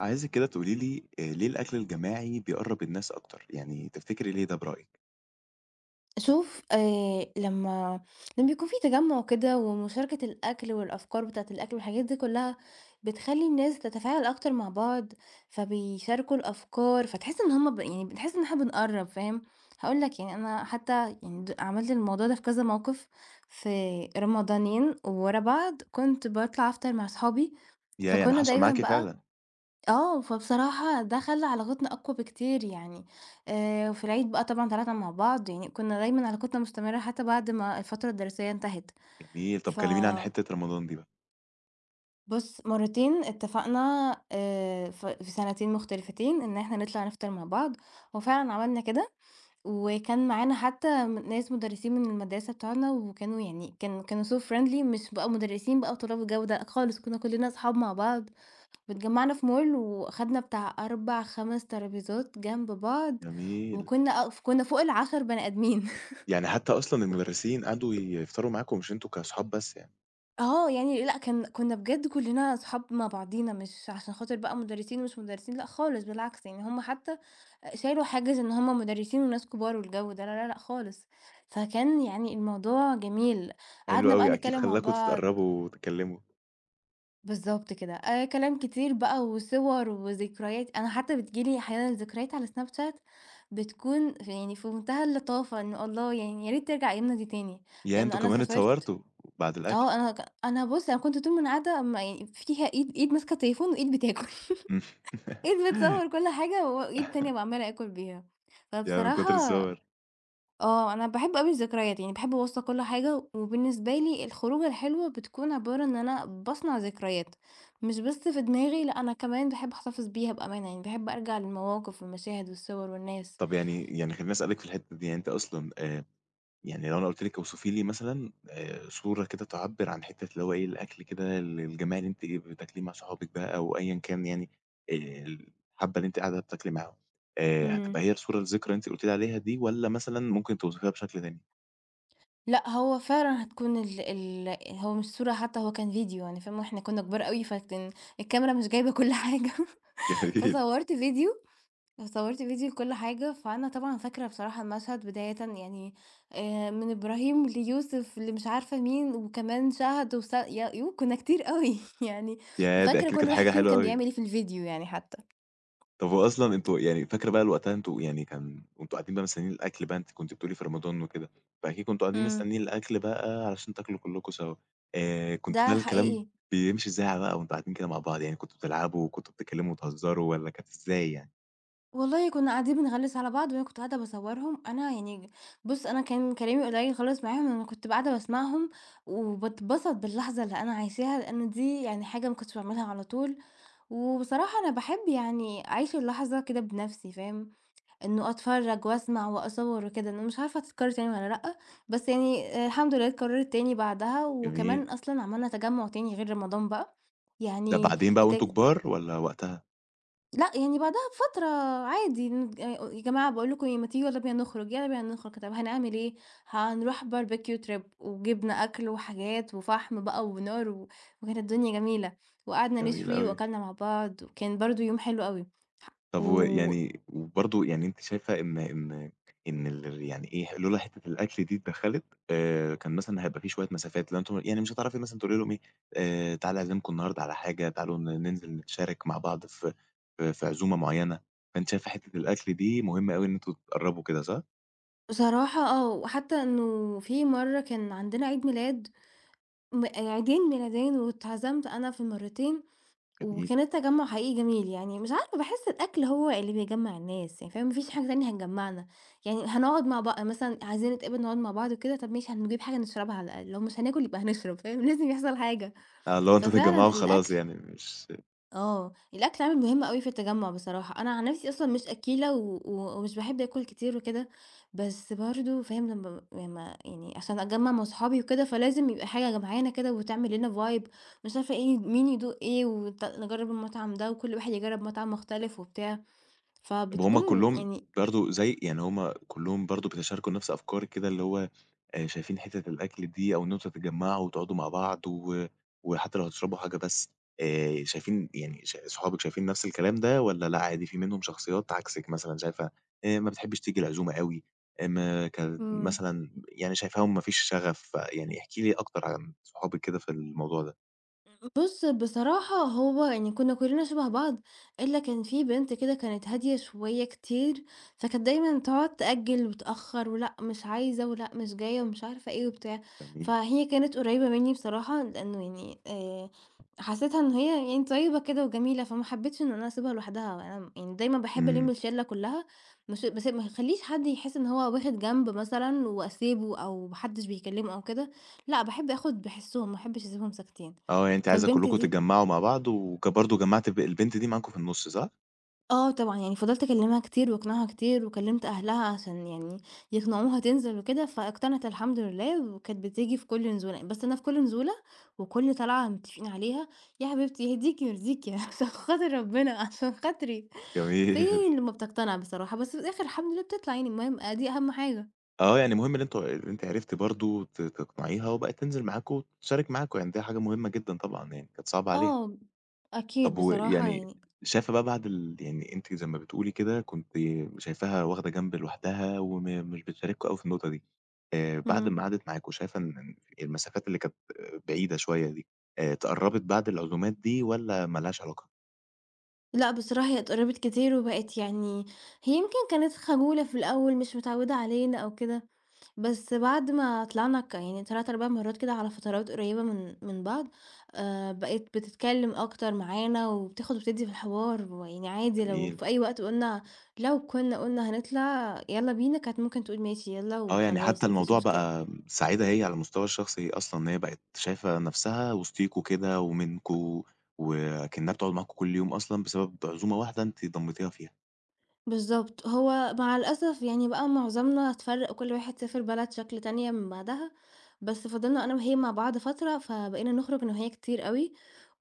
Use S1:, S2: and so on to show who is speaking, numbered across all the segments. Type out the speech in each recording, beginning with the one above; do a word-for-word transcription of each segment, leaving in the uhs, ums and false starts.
S1: عايزِك كده تقولي لي آآ ليه الأكل الجماعي بيقرّب الناس أكتر، يعني تفتكري ليه ده برأيِك؟
S2: شوف، آآ لمّا لمّا بيكون في تجمُّع كده ومشاركة الأكل والأفكار بتاعة الأكل والحاجات دي كلّها، بتخلّي الناس تتفاعل أكتر مع بعض، فبيشاركوا الأفكار، فتحس إن هُم ب يعني بنحس إن إحنا بنقرّب فاهم؟ هاقول لك يعني أنا حتى يعني د عملت الموضوع ده في كذا موقف في رمضانين ورا بعض، كنت باطلع أفطر مع صحابي،
S1: ياه! يعني
S2: فكنا
S1: حصل
S2: دايمًا
S1: معاكِ
S2: بقى.
S1: فعلًا.
S2: آه، فبصراحة ده خلّى علاقتنا أقوى بكتير يعني، آآ، وفي العيد بقى طبعًا طلعنا مع بعض، يعني كنا دايمًا علاقتنا مستمرة حتى بعد ما الفترة الدراسية انتهت.
S1: جميل، طب
S2: ف
S1: كلميني عن حتة رمضان دي بقى.
S2: بُص، مرتين اتفقنا، آآ، ف في سنتين مختلفتين إن إحنا نطلع نفطر مع بعض، وفعلًا عملنا كده، وكان معانا حتى م ناس مدرسين من المدرسة بتوعنا، وكانوا يعني كانوا كانوا so friendly، مش بقى مدرسين بقى وطلاب جودة، لأ خالص، كنا كلنا أصحاب مع بعض. اتجمّعنا في mall وأخدنا بتاع أربع، خمس ترابيزات جنب بعض،
S1: جميل.
S2: وكنا أ كنا فوق العشرة بني آدمين.
S1: يعني حتى أصلًا المدرسين قعدوا يفطروا معاكم مش أنتم كأصحاب بس يعني.
S2: آه، يعني لأ، كان كنا بجد كلّنا أصحاب مع بعضينا، مش عشان خاطر بقى مُدرّسين ومش مُدرّسين، لأ خالص، بالعكس، يعني هم حتى شالوا حاجز إن هم مُدرّسين وناس كبار والجو ده، لا، لا، لأ خالص. فكان يعني الموضوع جميل،
S1: حلو
S2: قعدنا بقى
S1: أوي، أكيد
S2: نتكلّم مع
S1: خلّاكم
S2: بعض
S1: تتقرّبوا وتتكلموا.
S2: بالضبط كده، آآ كلام كتير بقى وصور وذكريات، أنا حتى بتيجي لي أحيانًا ذكريات على Snap Chat بتكون في يعني في منتهى اللطافة، إنه الله يعني يا ريت ترجع أيامنا دي تاني،
S1: ياه!
S2: لإن
S1: أنتم
S2: أنا
S1: كمان
S2: سافرت.
S1: اتصورتوا بعد الأكل.
S2: آه أنا ك أنا، بُص، أنا كنت طول ما أنا قاعدة، ما يعني فيها إيد إيد ماسكة التليفون وإيد بتاكل،
S1: إمم.
S2: إيد بتصور كل حاجة وإيد تانية باعمال آكل بيها،
S1: ياه! من كتر
S2: فبصراحة
S1: الصور.
S2: آه، أنا باحب أوي الذكريات، يعني باحب أوثّق كل حاجة، وبالنسبة لي الخروجة الحلوة بتكون عبارة إن أنا باصنع ذكريات، مش بس في دماغي لأ، أنا كمان باحب أحتفظ بيها بأمانة، يعني باحب أرجع للمواقف والمشاهد والصور والناس.
S1: طب يعني يعني خلّيني أسألِك في الحتة دي، يعني أنتِ أصلًا آآ يعني لو أنا قُلت لِك اوصفي لي مثلًا آآ صورة كده تعبّر عن حتّة اللي هو إيه، الأكل كده ال الجماعي اللي أنتِ بتاكليه مع صحابِك بقى أو أيًا كان يعني آآ الحَبّة اللي أنتِ قاعدة بتاكلي معاهم، آآ هتبقى
S2: إمم.
S1: هي الصورة الذكرى اللي أنتِ قُلتِ لي عليها دي والّا مثلًا ممكن توصفيها بشكل تاني؟
S2: لأ، هو فعلًا هتكون ال ال هو مش صورة حتى، هو كان فيديو يعني فاهم، وإحنا كنا كبار أوي فكان الكاميرا مش جايبة كل حاجة،
S1: جميل.
S2: فصوّرت فيديو صوّرت فيديو لكل حاجة، فأنا طبعًا فاكرة بصراحة المشهد بدايةً يعني، آآ، من إبراهيم ليوسف لمش عارفة مين، وكمان شهد وس يا يو كنا كتير أوي يعني
S1: ياه! ده
S2: فاكرة
S1: أكيد
S2: كل
S1: كانت
S2: واحد
S1: حاجة
S2: فيهم
S1: حلوة
S2: كان
S1: أوي.
S2: بيعمل إيه في الفيديو يعني حتى.
S1: طب هو أصلًا أنتم يعني فاكرة بقى وقتها أنتم يعني كان وأنتم قاعدين بقى مستنيين الأكل بقى أنتِ كنتِ بتقولي في رمضان وكده، فأكيد كنتم قاعدين
S2: إمم.
S1: مستنيين الأكل بقى علشان تاكلوا كلّكم سوا. آآ كنتم
S2: ده
S1: بقى الكلام
S2: حقيقي.
S1: بيمشي إزاي بقى وأنتم قاعدين كده مع بعض، يعني كنتم بتلعبوا وكنتم بتتكلموا وتهزروا والّا كانت إزاي يعني؟
S2: والله كنا قاعدين بنغلس على بعض، وأنا كنت قاعدة باصورهم. أنا يعني، بُص، أنا كان كلامي قليل خالص معاهم، أنا كنت ب قاعدة باسمعهم وباتبسط باللحظة اللي أنا عايشاها، لأن دي يعني حاجة ما كنتش باعملها على طول. وبصراحة أنا باحب يعني أعيش اللحظة كده بنفسي فاهم، إنه أتفرّج وأسمع وأصوّر وكده، أنا مش عارفة هتتكرر تاني والّا لأ، بس يعني، آآ الحمد لله اتكررت تاني بعدها،
S1: جميل.
S2: وكمان أصلًا عملنا تجمُّع تاني غير رمضان بقى،
S1: ده
S2: يعني
S1: بعدين بقى
S2: الت
S1: وأنتم كبار والّا وقتها؟
S2: لأ، يعني بعدها بفترة عادي، نت آآ "يا جماعة باقول لكم إيه، ما تيجوا يالّا بينا نخرج، يالّا بينا نخرج." طب هنعمل إيه؟ هنروح barbecue trip وجِبنا أكل وحاجات وفحم بقى ونار، و وكانت الدنيا جميلة، وقعدنا
S1: جميل
S2: نشوي
S1: أوي.
S2: وأكلنا مع بعض وكان برضه يوم حلو أوي.
S1: طب
S2: و
S1: ويعني وبرضه يعني أنتِ شايفة إن إن إن ال يعني إيه، لولا حتّة الأكل دي اتدخّلت. آآ، كان مثلًا هيبقى في شوية مسافات، لو أنتم يعني مش هتعرفي مثلًا تقولي لهم إيه. آآ، تعالَ أعزمكم النهارده على حاجة، تعالوا ن ننزل نتشارك مع بعض في في في عزومة معيّنة. فأنتِ شايفة حتّة الأكل دي مهمة أوي إن أنتم تقرّبوا كده صح؟
S2: بصراحة آه، وحتى إنه في مرة كان عندنا عيد ميلاد م عيدين ميلادين، واتعزمت أنا في المرّتين.
S1: جميل.
S2: وكان التجمُّع حقيقي جميل، يعني مش عارفة باحس الأكل هو اللي بيجمّع الناس، يعني فاهم، ما فيش حاجة تانية هتجمّعنا، يعني هنقعد مع بع مثلًا عايزين نتقابل نقعد مع بعض وكده، طَب ماشي هنجيب حاجة نشربها على الأقل، لو مش هناكل يبقى هنشرب، فاهم، لازم يحصل حاجة.
S1: آه، اللي هو أنتم تتجمّعوا
S2: ففعلًا
S1: وخلاص
S2: الأكل.
S1: يعني مش…
S2: آه، الأكل عامل مهم أوي في التجمُّع بصراحة، أنا عن نفسي أصلًا مش أكّيلة و و ومش باحب آكُل كتير وكده، بس برضه فاهم لمّا لمّا يعني عشان أتجمّع مع صحابي وكده، فلازم يبقى حاجة جمعانا كده وتعمل لنا vibe، مش عارفة إيه، مين يدوق إيه وت نجرّب المطعم ده وكل واحد يجرّب مطعم مختلف وبتاع،
S1: طب هُم
S2: فبتكون
S1: كلّهم
S2: يعني.
S1: برضه زي يعني هُم كلّهم برضه بيتشاركوا نفس أفكارِك كده، اللي هو آآ شايفين حتّة الأكل دي أو إن أنتم تتجمّعوا وتقعدوا مع بعض و وحتّى لو هتشربوا حاجة بس، آآ شايفين يعني ش صحابِك شايفين نفس الكلام ده والّا لأ عادي في منهم شخصيات عكسِك مثلًا شايفة آآ ما بتحبّيش تيجي العزومة أوي، آآ ما كانت
S2: إمم.
S1: مثلًا يعني شايفاهم ما فيش شغف، يعني احكي لي أكتر عن صحابِك كده في الموضوع ده.
S2: بُص، بصراحة هو يعني كنا كلنا شبه بعض، إلا كان في بنت كده كانت هادية شوية كتير، فكانت دايمًا تقعد تأجّل وتأخّر ولأ مش عايزة ولأ مش جاية ومش عارفة إيه وبتاع،
S1: جميل.
S2: فهي كانت قريبة مني بصراحة لأنه يعني، آآ، حسيتها إن هي يعني طيبة كده وجميلة، فما حبيتش إن أنا أسيبها لوحدها، وأنا يعني دايمًا باحب ألِم
S1: إمم.
S2: الشلة كلها، مش بس ما اخلّيش حد يحس إن هو واخد جنب مثلًا وأسيبه أو ما حدش بيكلمه أو كده، لأ باحب آخد بحسهم، ما احبش أسيبهم ساكتين.
S1: آه، يعني أنتِ عايزة
S2: فالبنت
S1: كلّكم
S2: دي
S1: تتجمّعوا مع بعض وك برضه جمّعتِ الب البنت دي معاكم في النُص صح؟
S2: آه طبعًا، يعني فضلت أكلمها كتير وأقنعها كتير وكلمت أهلها عشان يعني يقنعوها تنزل وكده، فاقتنعت الحمد لله وكانت بتيجي في كل نزولة، بس أنا في كل نزولة وكل طلعة متفقين عليها يا حبيبتي يهديكِ ويرضيكِ عشان خاطر ربنا، عشان خاطري،
S1: جميل.
S2: فين لمّا بتقتنع بصراحة، بس في الآخر الحمد لله بتطلع يعني المهم أدي أهم حاجة.
S1: آه، يعني مهم إن أنتم إن أنتِ عرفتِ برضه ت تقنعيها وبقِت تنزل معاكم وتشارك معاكم، يعني دي حاجة مهمة جدًا طبعًا يعني، كانت صعبة عليها.
S2: آه، أكيد
S1: طب
S2: بصراحة
S1: ويعني
S2: يعني.
S1: شايفة بقى بعد ال يعني أنتِ زي ما بتقولي كده كنتِ شايفاها واخدة جنب لوحدها وم مش بتشارككم أوي في النقطة دي، آآ بعد
S2: إمم.
S1: ما قعدت معاكم شايفة إن إن المسافات اللي كانت بعيدة شوية دي، آآ اتقرّبت بعد العزومات دي والّا ما لهاش علاقة؟
S2: لأ بصراحة هي اتقربت كتير وبقت يعني، هي يمكن كانت خجولة في الأول مش متعودة علينا أو كده. بس بعد ما طلعنا ك يعني ثلاث، أربعة مرات كده على فترات قريبة من من بعض، آآ بقِت بتتكلم أكتر معانا وبتاخد وبتدّي في الحوار، ويعني عادي لو
S1: جميل.
S2: في أي وقت قُلنا لو كنا قُلنا هنطلع يالّا بينا، كانت ممكن تقول ماشي يالّا
S1: آه، يعني حتى
S2: وخلاص ما فيش
S1: الموضوع
S2: مشكلة.
S1: بقى سعيدة هي على المستوى الشخصي أصلًا، إن هي بقت شايفة نفسها وسطيكم كده ومنكم، وأكنها بتقعد معاكم كل يوم أصلًا بسبب عزومة واحدة أنتِ اتضميتيها فيها.
S2: بالضبط. هو مع الأسف يعني بقى معظمنا اتفرّق وكل واحد سافر بلد شكل تانية من بعدها، بس فضلنا أنا وهي مع بعض فترة، فبقينا نخرج أنا وهي كتير أوي،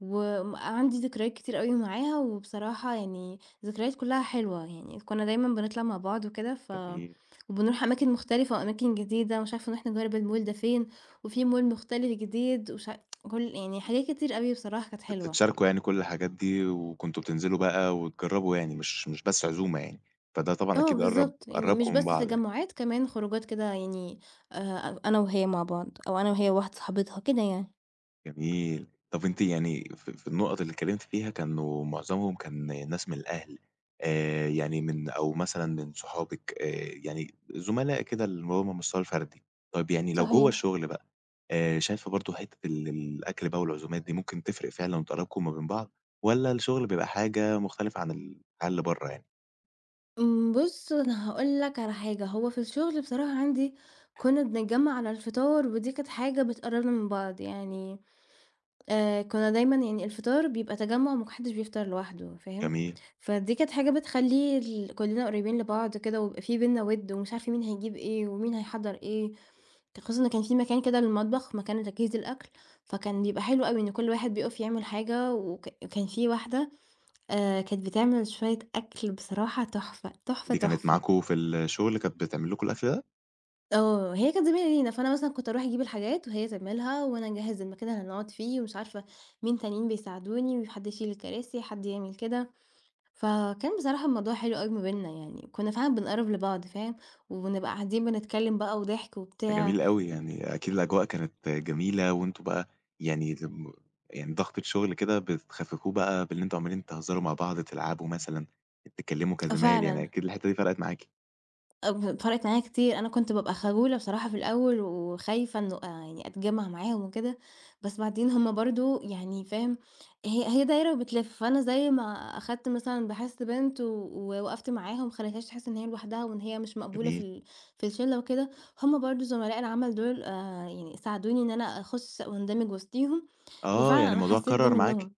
S2: وم عندي ذكريات كتير أوي معاها، وبصراحة يعني ذكريات كلّها حلوة، يعني كُنّا دايمًا بنطلع مع بعض وكده، ف
S1: جميل.
S2: وبنروح أماكن مختلفة وأماكن جديدة، مش عارفة نروح نجرّب المول ده فين، وفي مول مختلف جديد ومش عار كل يعني حاجات كتير أوي بصراحة كانت حلوة.
S1: بتتشاركوا يعني كل الحاجات دي، وكنتم بتنزلوا بقى وتجربوا يعني مش مش بس عزومة يعني، فده طبعًا
S2: آه
S1: أكيد قرّب
S2: بالضبط، يعني مش
S1: قرّبكم من
S2: بس
S1: بعض يعني.
S2: تجمُّعات، كمان خروجات كده يعني، آآ أنا وهي مع بعض أو أنا وهي وواحدة صاحبتها كده يعني.
S1: جميل. طَب أنتِ يعني ف في النُقط اللي اتكلمتِ فيها كانوا معظمهم كان ناس من الأهل، آآ، يعني من أو مثلًا من صحابِك، آآ، يعني زملاء كده اللي هُم مشوار الفردي. طَب يعني لو جوّه
S2: صحيح.
S1: الشغل بقى، آآ، شايفة برضه حتّة ال الأكل بقى والعزومات دي ممكن تفرق فعلًا وتقرّبكم ما بين بعض والّا الشغل بيبقى حاجة مختلفة عن الحياة اللي برّه يعني؟
S2: إمم، بُص أنا هاقول لك على حاجة، هو في الشغل بصراحة عندي كُنّا بنتجمّع على الفطار ودي كانت حاجة بتقرّبنا من بعض يعني، آآ كنا دايمًا يعني الفطار بيبقى تجمُّع وما حدّش بيفطر لوحده فاهم،
S1: جميل.
S2: فدي كانت حاجة بتخلّي ال كُلّنا قريّبين لبعض كده ويبقى في بيننا وِد ومش عارفة مين هيجيب إيه ومين هيحضّر إيه، خصوصًا إن كان في مكان كده للمطبخ، مكان لتجهيز الأكل، فكان بيبقى حلو أوي إن كل واحد بيقف يعمل حاجة وك وكان في واحدة، آآ كانت بتعمل شوية أكل بصراحة تحفة، تحفة،
S1: دي كانت
S2: تحفة.
S1: معاكم في الشغل كانت بتعمل لكم الأكل ده؟
S2: آه، هي كانت زميلة لينا، فأنا مثلًا كنت أروح أجيب الحاجات وهي تعملها، وأنا أجهّز المكان اللي هنقعد فيه ومش عارفة مين تانيين بيساعدوني، وحد يشيل الكراسي، حد يعمل كده، فكان بصراحة الموضوع حلو أوي ما بيننا يعني، كنا فعلًا بنقرّب لبعض فاهم، ونبقى قاعدين بنتكلّم بقى وضحك وبتاع،
S1: جميل أوي، يعني أكيد الأجواء كانت جميلة وأنتم بقى يعني لم، يعني ضغط الشغل كده بتخففوه بقى باللي أنتم عمالين تهزروا مع بعض، تلعبوا مثلًا، تتكلموا
S2: آه
S1: كزمايل، يعني
S2: فعلًا.
S1: أكيد الحتة دي فرقت معاكِ.
S2: آه، فرقت معايا كتير، أنا كنت بابقى خجولة بصراحة في الأول وخايفة إنه آآ يعني أتجمّع معاهم وكده، بس بعدين هُم برضه يعني فاهم، هي هي دايرة وبتلِف، فأنا زي ما أخدت مثلًا باحث بنت، و ووقفت معاها وما خليتهاش تحس إن هي لوحدها وإن هي مش مقبولة في
S1: جميل.
S2: ال في الشلة وكده، هُم برضه زملاء العمل دول، آآ يعني ساعدوني إن أنا أخُش واندمج وسطيهم،
S1: آه، يعني
S2: وفعلًا أنا
S1: الموضوع
S2: حسيت ده
S1: اتكرر معاكِ،
S2: منهم.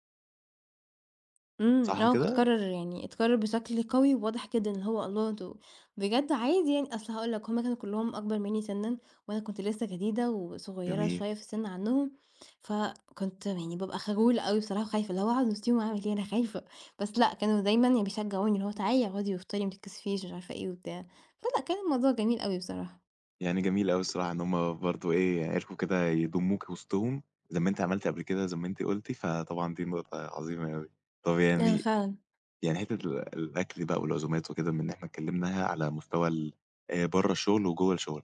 S2: إمم،
S1: صح
S2: آه،
S1: كده؟
S2: بتتكرر يعني اتكرر بشكل قوي وواضح جدًا اللي هو الله دول بجد عادي يعني أصل هاقول لك هُم كانوا كلّهم أكبر منّي سِنًا، وأنا كنت لسه جديدة وصغيّرة
S1: جميل.
S2: شوية في السِن عنّهم، فكنت يعني بابقى خجولة أوي بصراحة وخايفة، اللي هو أقعد وسطيهم أعمل إيه أنا خايفة، بس لأ كانوا دايمًا يعني بيشجعوني اللي هو تعالي اقعدي وافطري ما تتكسفيش مش عارفة إيه وبتاع، فلأ كان الموضوع جميل أوي بصراحة.
S1: يعني جميل أوي الصراحة إن هُم برضه إيه، يعني عرفوا كده يضموكِ وسطهم زي ما أنتِ عملتِ قبل كده، زي ما أنتِ قُلتِ، فطبعًا دي نقطة عظيمة أوي. طب
S2: أيوه
S1: يعني
S2: فعلًا.
S1: يعني حتّة ال الأكل بقى والعزومات وكده بما إن إحنا اتكلّمنا على مستوى ال آآ برّه الشغل وجوّه الشغل،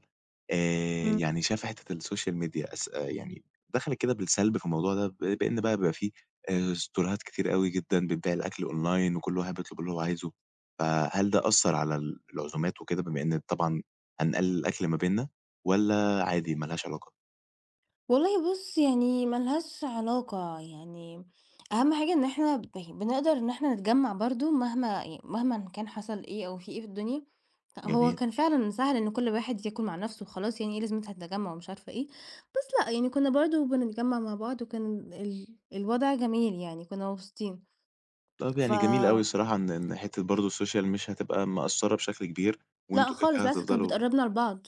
S1: آآ
S2: إمم.
S1: يعني شايفة حتّة السوشيال ميديا أس آه، يعني دخلِت كده بالسلب في الموضوع ده ب بإن بقى بيبقى في آآ ستورات كتير أوي جدًا بتبيع الأكل أونلاين وكل واحد بيطلب اللي هو عايزه، فهل ده أثّر على ال العزومات وكده بما إن طبعًا هنقلِّل الأكل ما بيننا والّا عادي ما لهاش علاقة؟
S2: والله، بُص، يعني ما لهاش علاقة، يعني أهم حاجة إن إحنا ب يعني بنقدر إن إحنا نتجمّع برضه مهما ي مهمًا كان حصل إيه أو في إيه في الدنيا، هو
S1: جميل.
S2: كان فعلًا سهل إن كل واحد ياكل مع نَفْسه وخلاص يعني إيه لازمة التجمّع ومش عارفة إيه، بس لأ يعني كُنّا برضه بنتجمّع مع بعض وكان ال الوضع جميل يعني كُنّا مبسوطين،
S1: طَب
S2: ف
S1: يعني جميل أوي الصراحة إن إن حتّة برضه السوشيال مش هتبقى مأثّرة بشكل كبير
S2: لأ
S1: وأنتم كده،
S2: خالص
S1: كده
S2: بالعكس كانت
S1: هتفضلوا.
S2: بتقرّبنا لبعض.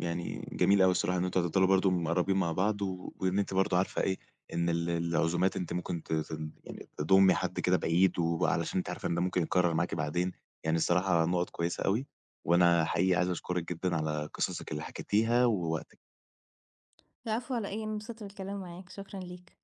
S1: يعني جميل أوي الصراحة إن أنتم هتفضلوا برضه مقرّبين مع بعض، و وإن أنتِ برضه عارفة إيه، إن ال العزومات أنتِ ممكن ت ت يعني تضُمّي حد كده بعيد، وعلشان أنتِ عارفة إن ده ممكن يتكرّر معاكِ بعدين، يعني الصراحة نُقط كويسة أوي، وأنا حقيقي عايز أشكرِك جدًا على قصصِك اللي حكيتيها ووقتِك.
S2: العفو على إيه، أنا انبسطت بالكلام معاك، شكرًا ليك.